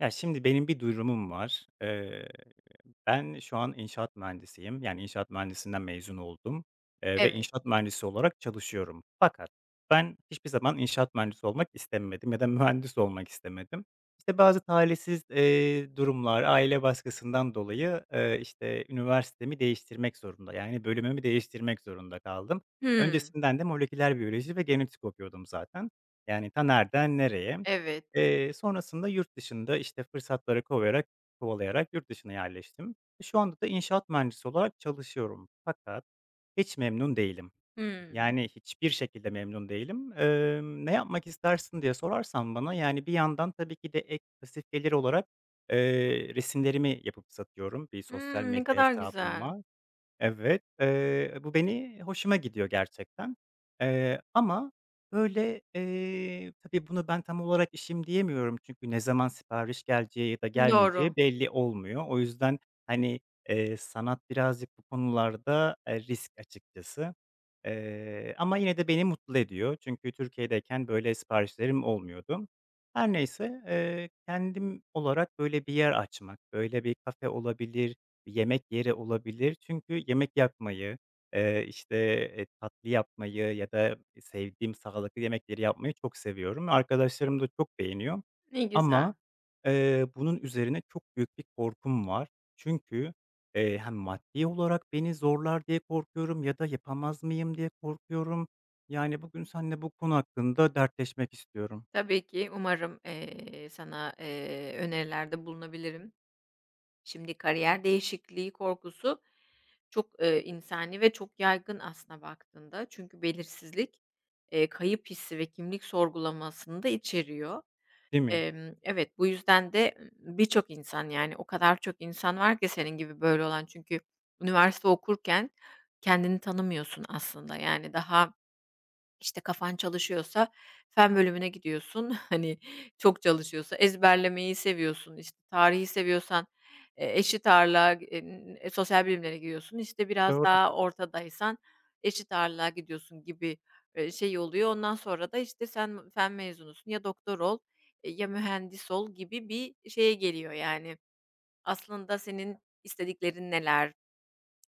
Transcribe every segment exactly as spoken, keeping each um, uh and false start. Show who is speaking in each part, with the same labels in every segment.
Speaker 1: Ya, şimdi benim bir durumum var. Eee, ben şu an inşaat mühendisiyim. Yani, inşaat mühendisinden mezun oldum, eee, ve
Speaker 2: Evet.
Speaker 1: inşaat mühendisi olarak çalışıyorum. Fakat ben hiçbir zaman inşaat mühendisi olmak istemedim ya da mühendis olmak istemedim. İşte, bazı talihsiz, eee, durumlar, aile baskısından dolayı, eee, işte, üniversitemi değiştirmek zorunda, yani, bölümümü değiştirmek zorunda kaldım.
Speaker 2: Hımm.
Speaker 1: Öncesinden de moleküler biyoloji ve genetik okuyordum zaten. Yani, ta nereden nereye.
Speaker 2: Evet.
Speaker 1: Eee, sonrasında yurt dışında, işte, fırsatları kovayarak kovalayarak yurt dışına yerleştim. Şu anda da inşaat mühendisi olarak çalışıyorum fakat hiç memnun değilim.
Speaker 2: Hımm.
Speaker 1: Yani, hiçbir şekilde memnun değilim. Emm, "Ne yapmak istersin?" diye sorarsan bana, yani, bir yandan tabii ki de ek pasif gelir olarak, eee, resimlerimi yapıp satıyorum. Bir sosyal
Speaker 2: Hımm, ne
Speaker 1: medya
Speaker 2: kadar
Speaker 1: hesabım
Speaker 2: güzel.
Speaker 1: var. Evet, eee, bu beni hoşuma gidiyor gerçekten. Eee, ama, böyle, eee, tabii bunu ben tam olarak işim diyemiyorum çünkü ne zaman sipariş geleceği ya da
Speaker 2: Doğru.
Speaker 1: gelmeyeceği belli olmuyor. O yüzden, hani, eee, sanat birazcık bu konularda, eee, risk açıkçası. Eee, ama yine de beni mutlu ediyor çünkü Türkiye'deyken böyle siparişlerim olmuyordu. Her neyse, eee, kendim olarak böyle bir yer açmak, böyle bir kafe olabilir. Yemek yeri olabilir çünkü yemek yapmayı, eee, işte, eee, tatlı yapmayı ya da sevdiğim sağlıklı yemekleri yapmayı çok seviyorum, arkadaşlarım da çok beğeniyor
Speaker 2: Ne güzel.
Speaker 1: ama, eee, bunun üzerine çok büyük bir korkum var. Çünkü, eee, hem maddi olarak beni zorlar diye korkuyorum ya da yapamaz mıyım diye korkuyorum. Yani, bugün seninle bu konu hakkında dertleşmek istiyorum.
Speaker 2: Tabii ki umarım, eee, sana, eee, önerilerde bulunabilirim. Şimdi kariyer değişikliği korkusu çok, eee, insani ve çok yaygın aslına baktığında. Çünkü belirsizlik, eee, kayıp hissi ve kimlik sorgulamasını da içeriyor.
Speaker 1: Değil mi?
Speaker 2: Emm, evet, bu yüzden de birçok insan, yani, o kadar çok insan var ki senin gibi böyle olan çünkü üniversite okurken kendini tanımıyorsun aslında. Yani, daha işte, kafan çalışıyorsa fen bölümüne gidiyorsun. Hani, çok çalışıyorsa ezberlemeyi seviyorsun, işte, tarihi seviyorsan, eee, eşit ağırlığa, eee, sosyal bilimlere gidiyorsun. İşte, biraz
Speaker 1: Doğru,
Speaker 2: daha ortadaysan eşit ağırlığa gidiyorsun gibi, eee, şey oluyor. Ondan sonra da, işte, sen fen mezunusun, ya doktor ol, eee, ya mühendis ol gibi bir şeye geliyor yani. Aslında senin istediklerin neler?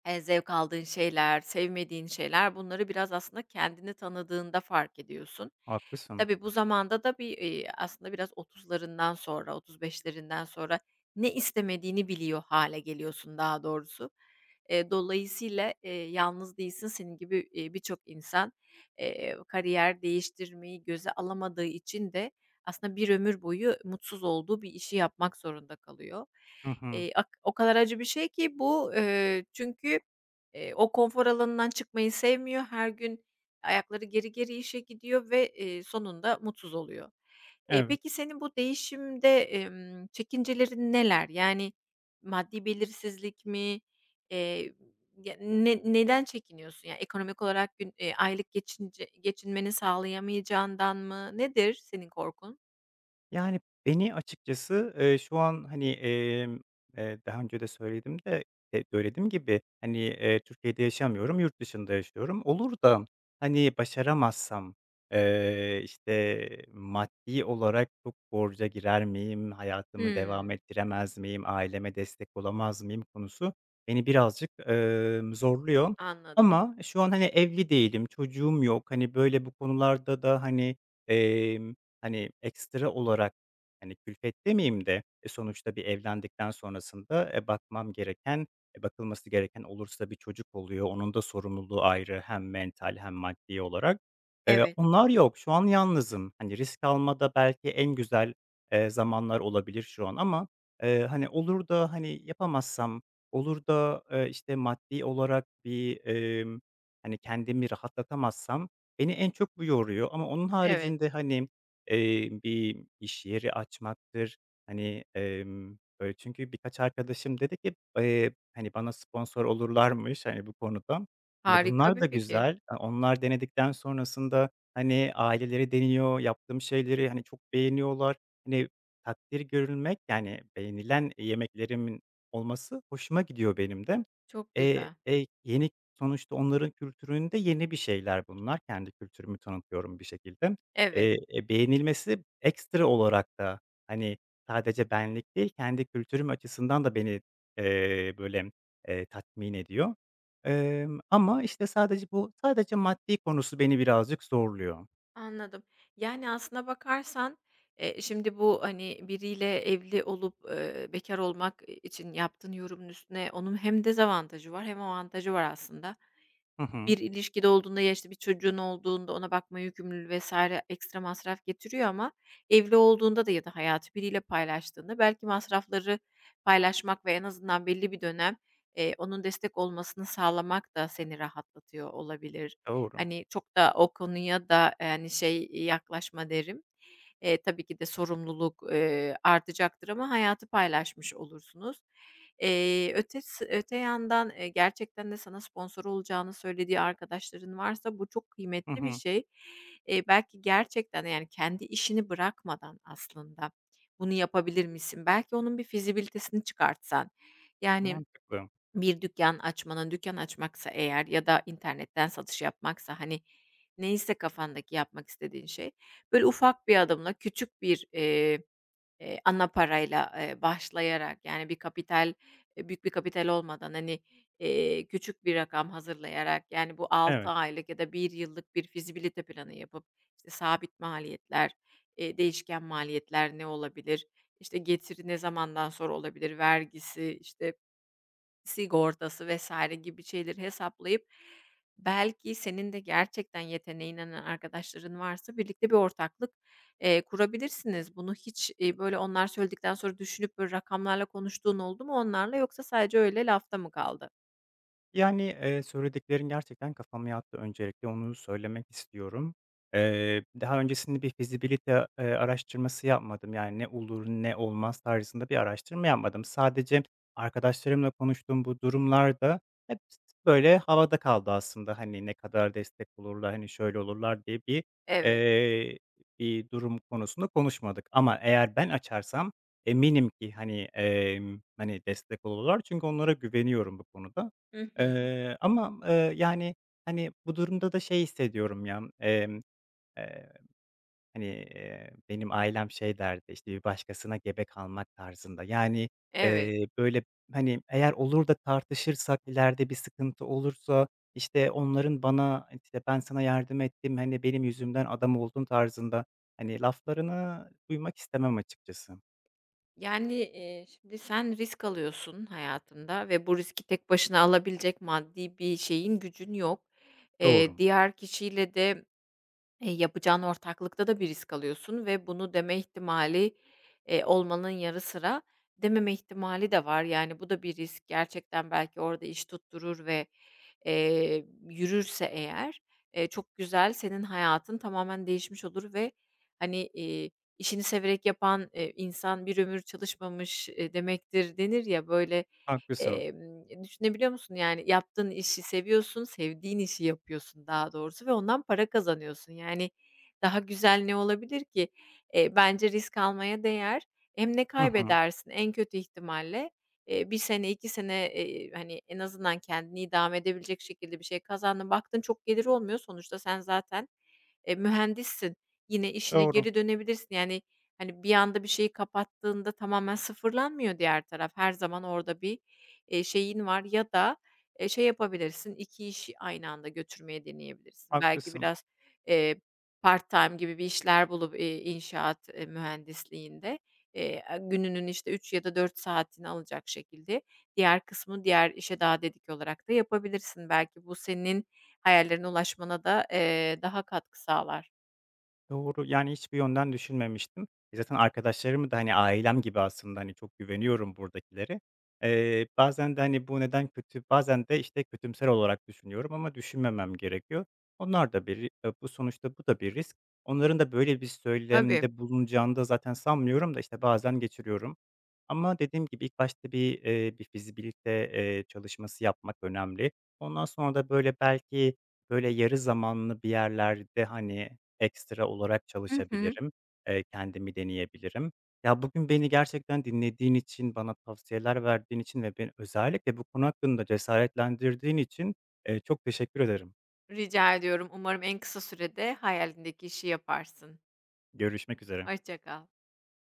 Speaker 2: Eee, zevk aldığın şeyler, sevmediğin şeyler bunları biraz aslında kendini tanıdığında fark ediyorsun.
Speaker 1: haklısın.
Speaker 2: Tabii bu zamanda da bir, eee, aslında biraz otuzlarından sonra, otuz beşlerinden sonra ne istemediğini biliyor hale geliyorsun daha doğrusu. Eee, dolayısıyla, eee, yalnız değilsin. Senin gibi, eee, birçok insan, eee, kariyer değiştirmeyi göze alamadığı için de aslında bir ömür boyu mutsuz olduğu bir işi yapmak zorunda kalıyor.
Speaker 1: Hı hı.
Speaker 2: Eee, ak o kadar acı bir şey ki bu, eee, çünkü, eee, o konfor alanından çıkmayı sevmiyor. Her gün, ayakları geri geri işe gidiyor ve, eee, sonunda mutsuz oluyor. Eee,
Speaker 1: Evet.
Speaker 2: peki senin bu değişimde, emm, çekincelerin neler? Yani maddi belirsizlik mi? Eee, ya, ne neden çekiniyorsun? Ya, ekonomik olarak gün eee, aylık geçince geçinmeni sağlayamayacağından mı? Nedir senin korkun?
Speaker 1: Yani, beni açıkçası, eee, şu an, hani, emm, eee, daha önce de söyledim de, eee, söylediğim gibi, hani, eee, Türkiye'de yaşamıyorum, yurt dışında yaşıyorum. Olur da, hani, başaramazsam, eee, işte, maddi olarak çok borca girer miyim, hayatımı devam
Speaker 2: Hımm,
Speaker 1: ettiremez miyim, aileme destek olamaz mıyım konusu beni birazcık, emm, zorluyor.
Speaker 2: anladım.
Speaker 1: Ama şu an, hani, evli değilim, çocuğum yok. Hani, böyle, bu konularda da, hani, hani, ekstra olarak, hani, külfet demeyeyim de, e, sonuçta bir evlendikten sonrasında, e, bakmam gereken, e, bakılması gereken olursa bir çocuk oluyor. Onun da sorumluluğu ayrı, hem mental hem maddi olarak. Eee,
Speaker 2: Evet,
Speaker 1: onlar yok. Şu an yalnızım. Hani, risk almada belki en güzel, eee, zamanlar olabilir şu an ama, eee, hani, olur da, hani, yapamazsam, olur da, eee, işte, maddi olarak bir, emm, hani, kendimi rahatlatamazsam beni en çok bu yoruyor. Ama onun
Speaker 2: evet.
Speaker 1: haricinde, hani, Eee, bir iş yeri açmaktır. Hani, emm, böyle çünkü birkaç arkadaşım dedi ki, eee, hani, bana sponsor olurlarmış, hani, bu konuda. Hani,
Speaker 2: Harika
Speaker 1: bunlar
Speaker 2: bir
Speaker 1: da
Speaker 2: fikir.
Speaker 1: güzel. A onlar denedikten sonrasında, hani, aileleri deniyor, yaptığım şeyleri, hani, çok beğeniyorlar. Hani, takdir görülmek, yani, beğenilen yemeklerimin olması hoşuma gidiyor benim de.
Speaker 2: Çok
Speaker 1: Eee,
Speaker 2: güzel.
Speaker 1: e, yeni sonuçta onların kültüründe yeni bir şeyler bunlar. Kendi kültürümü tanıtıyorum bir şekilde.
Speaker 2: Evet.
Speaker 1: Eee, e, beğenilmesi ekstra olarak da, hani, sadece benlik değil, kendi kültürüm açısından da beni, eee, böyle, eee, tatmin ediyor. Emm, ama, işte, sadece bu sadece maddi konusu beni birazcık zorluyor.
Speaker 2: Anladım. Yani, aslına bakarsan, eee, şimdi bu, hani, biriyle evli olup, eee, bekar olmak, için yaptığın yorumun üstüne onun hem dezavantajı var hem avantajı var aslında.
Speaker 1: Hı hı.
Speaker 2: Bir ilişkide olduğunda ya, işte, bir çocuğun olduğunda ona bakma yükümlülüğü vesaire ekstra masraf getiriyor ama evli olduğunda da ya da hayatı biriyle paylaştığında belki masrafları paylaşmak ve en azından belli bir dönem, eee, onun destek olmasını sağlamak da seni rahatlatıyor olabilir.
Speaker 1: Doğru.
Speaker 2: Hani, çok da o konuya da, yani şey, iii, yaklaşma derim. Eee, tabii ki de sorumluluk, eee, artacaktır ama hayatı paylaşmış olursunuz. Eee, ötes öte yandan, eee, gerçekten de sana sponsor olacağını söylediği arkadaşların varsa bu çok
Speaker 1: Hı
Speaker 2: kıymetli bir
Speaker 1: hı.
Speaker 2: şey. Eee, belki gerçekten, yani, kendi işini bırakmadan aslında bunu yapabilir misin? Belki onun bir fizibilitesini çıkartsan, yani,
Speaker 1: Mantıklı.
Speaker 2: bir dükkan açmanın, dükkan açmaksa eğer ya da internetten satış yapmaksa, hani, neyse kafandaki yapmak istediğin şey, böyle, ufak bir adımla küçük bir, eee Eee, ana parayla, eee, başlayarak yani bir kapital, eee, büyük bir kapital olmadan, hani, eee, küçük bir rakam hazırlayarak, yani bu altı
Speaker 1: Evet.
Speaker 2: aylık ya da bir yıllık bir fizibilite planı yapıp, işte, sabit maliyetler, eee, değişken maliyetler ne olabilir, işte, getiri ne zamandan sonra olabilir, vergisi, işte sigortası vesaire gibi şeyleri hesaplayıp belki senin de gerçekten yeteneğine inanan arkadaşların varsa birlikte bir ortaklık, eee, kurabilirsiniz. Bunu hiç, eee, böyle onlar söyledikten sonra düşünüp böyle rakamlarla konuştuğun oldu mu onlarla yoksa sadece öyle lafta mı kaldı?
Speaker 1: Yani, eee, söylediklerin gerçekten kafama yattı, öncelikle onu söylemek istiyorum. Eee, daha öncesinde bir fizibilite eee, araştırması yapmadım. Yani, ne olur ne olmaz tarzında bir araştırma yapmadım. Sadece arkadaşlarımla konuştuğum bu durumlarda hep böyle havada kaldı aslında. Hani, ne kadar destek olurlar, hani, şöyle olurlar diye bir,
Speaker 2: Evet.
Speaker 1: eee, bir durum konusunda konuşmadık. Ama eğer ben açarsam eminim ki, hani, emm, hani, destek olurlar çünkü onlara güveniyorum bu konuda.
Speaker 2: Hı hı.
Speaker 1: Eee, ama, eee, yani, hani, bu durumda da şey hissediyorum ya, emm, eee, hani, eee, benim ailem şey derdi, işte, "Bir başkasına gebe kalmak" tarzında. Yani,
Speaker 2: Evet.
Speaker 1: eee, böyle, hani, eğer olur da tartışırsak, ileride bir sıkıntı olursa, işte, onların bana, işte, "Ben sana yardım ettim, hani, benim yüzümden adam oldun" tarzında, hani, laflarını duymak istemem açıkçası.
Speaker 2: Yani, eee, şimdi sen risk alıyorsun hayatında ve bu riski tek başına alabilecek maddi bir şeyin, gücün yok. Eee,
Speaker 1: Doğru,
Speaker 2: diğer kişiyle de Eee, yapacağın ortaklıkta da bir risk alıyorsun ve bunu deme ihtimali, eee, olmanın yarı sıra dememe ihtimali de var. Yani, bu da bir risk. Gerçekten belki orada iş tutturur ve, eee, yürürse eğer, eee, çok güzel, senin hayatın tamamen değişmiş olur ve, hani, iii, "İşini severek yapan, eee, insan bir ömür çalışmamış, eee, demektir." denir ya, böyle,
Speaker 1: haklısın.
Speaker 2: Emm, e, düşünebiliyor musun? Yani, yaptığın işi seviyorsun, sevdiğin işi yapıyorsun daha doğrusu ve ondan para kazanıyorsun. Yani, daha güzel ne olabilir ki? Eee, bence risk almaya değer. Hem ne
Speaker 1: Hı hı.
Speaker 2: kaybedersin? En kötü ihtimalle, eee, bir sene, iki sene, eee, hani, en azından kendini idame edebilecek şekilde bir şey kazandın. Baktın çok gelir olmuyor. Sonuçta sen zaten, eee, mühendissin. Yine işine
Speaker 1: Doğru,
Speaker 2: geri dönebilirsin. Yani, hani, bir anda bir şeyi kapattığında tamamen sıfırlanmıyor diğer taraf. Her zaman orada bir eee, şeyin var ya da, eee, şey yapabilirsin, iki işi aynı anda götürmeye deneyebilirsin. Belki
Speaker 1: haklısın.
Speaker 2: biraz, eee, part-time gibi bir işler bulup, eee, inşaat, eee, mühendisliğinde, eee, gününün işte üç ya da dört saatini alacak şekilde diğer kısmı diğer işe daha dedik olarak da yapabilirsin. Belki bu senin hayallerine ulaşmana da, eee, daha katkı sağlar.
Speaker 1: Doğru. Yani, hiçbir yönden düşünmemiştim. E, zaten arkadaşlarımı da, hani, ailem gibi aslında, hani, çok güveniyorum buradakileri. Bazen de, hani, bu neden kötü, bazen de, işte, kötümser olarak düşünüyorum ama düşünmemem gerekiyor. Onlar da bir ri bu sonuçta bu da bir risk. Onların da böyle bir
Speaker 2: Tabii.
Speaker 1: söylemde bulunacağını da zaten sanmıyorum da, işte, bazen geçiriyorum. Ama dediğim gibi ilk başta bir, eee, bir fizibilite, eee, çalışması yapmak önemli. Ondan sonra da, böyle, belki, böyle, yarı zamanlı bir yerlerde, hani, ekstra olarak
Speaker 2: Hı hı.
Speaker 1: çalışabilirim, eee, kendimi deneyebilirim. Ya, bugün beni gerçekten dinlediğin için, bana tavsiyeler verdiğin için ve beni özellikle bu konu hakkında cesaretlendirdiğin için, eee, çok teşekkür ederim.
Speaker 2: Rica ediyorum. Umarım en kısa sürede hayalindeki işi yaparsın.
Speaker 1: Görüşmek üzere.
Speaker 2: Hoşça kal.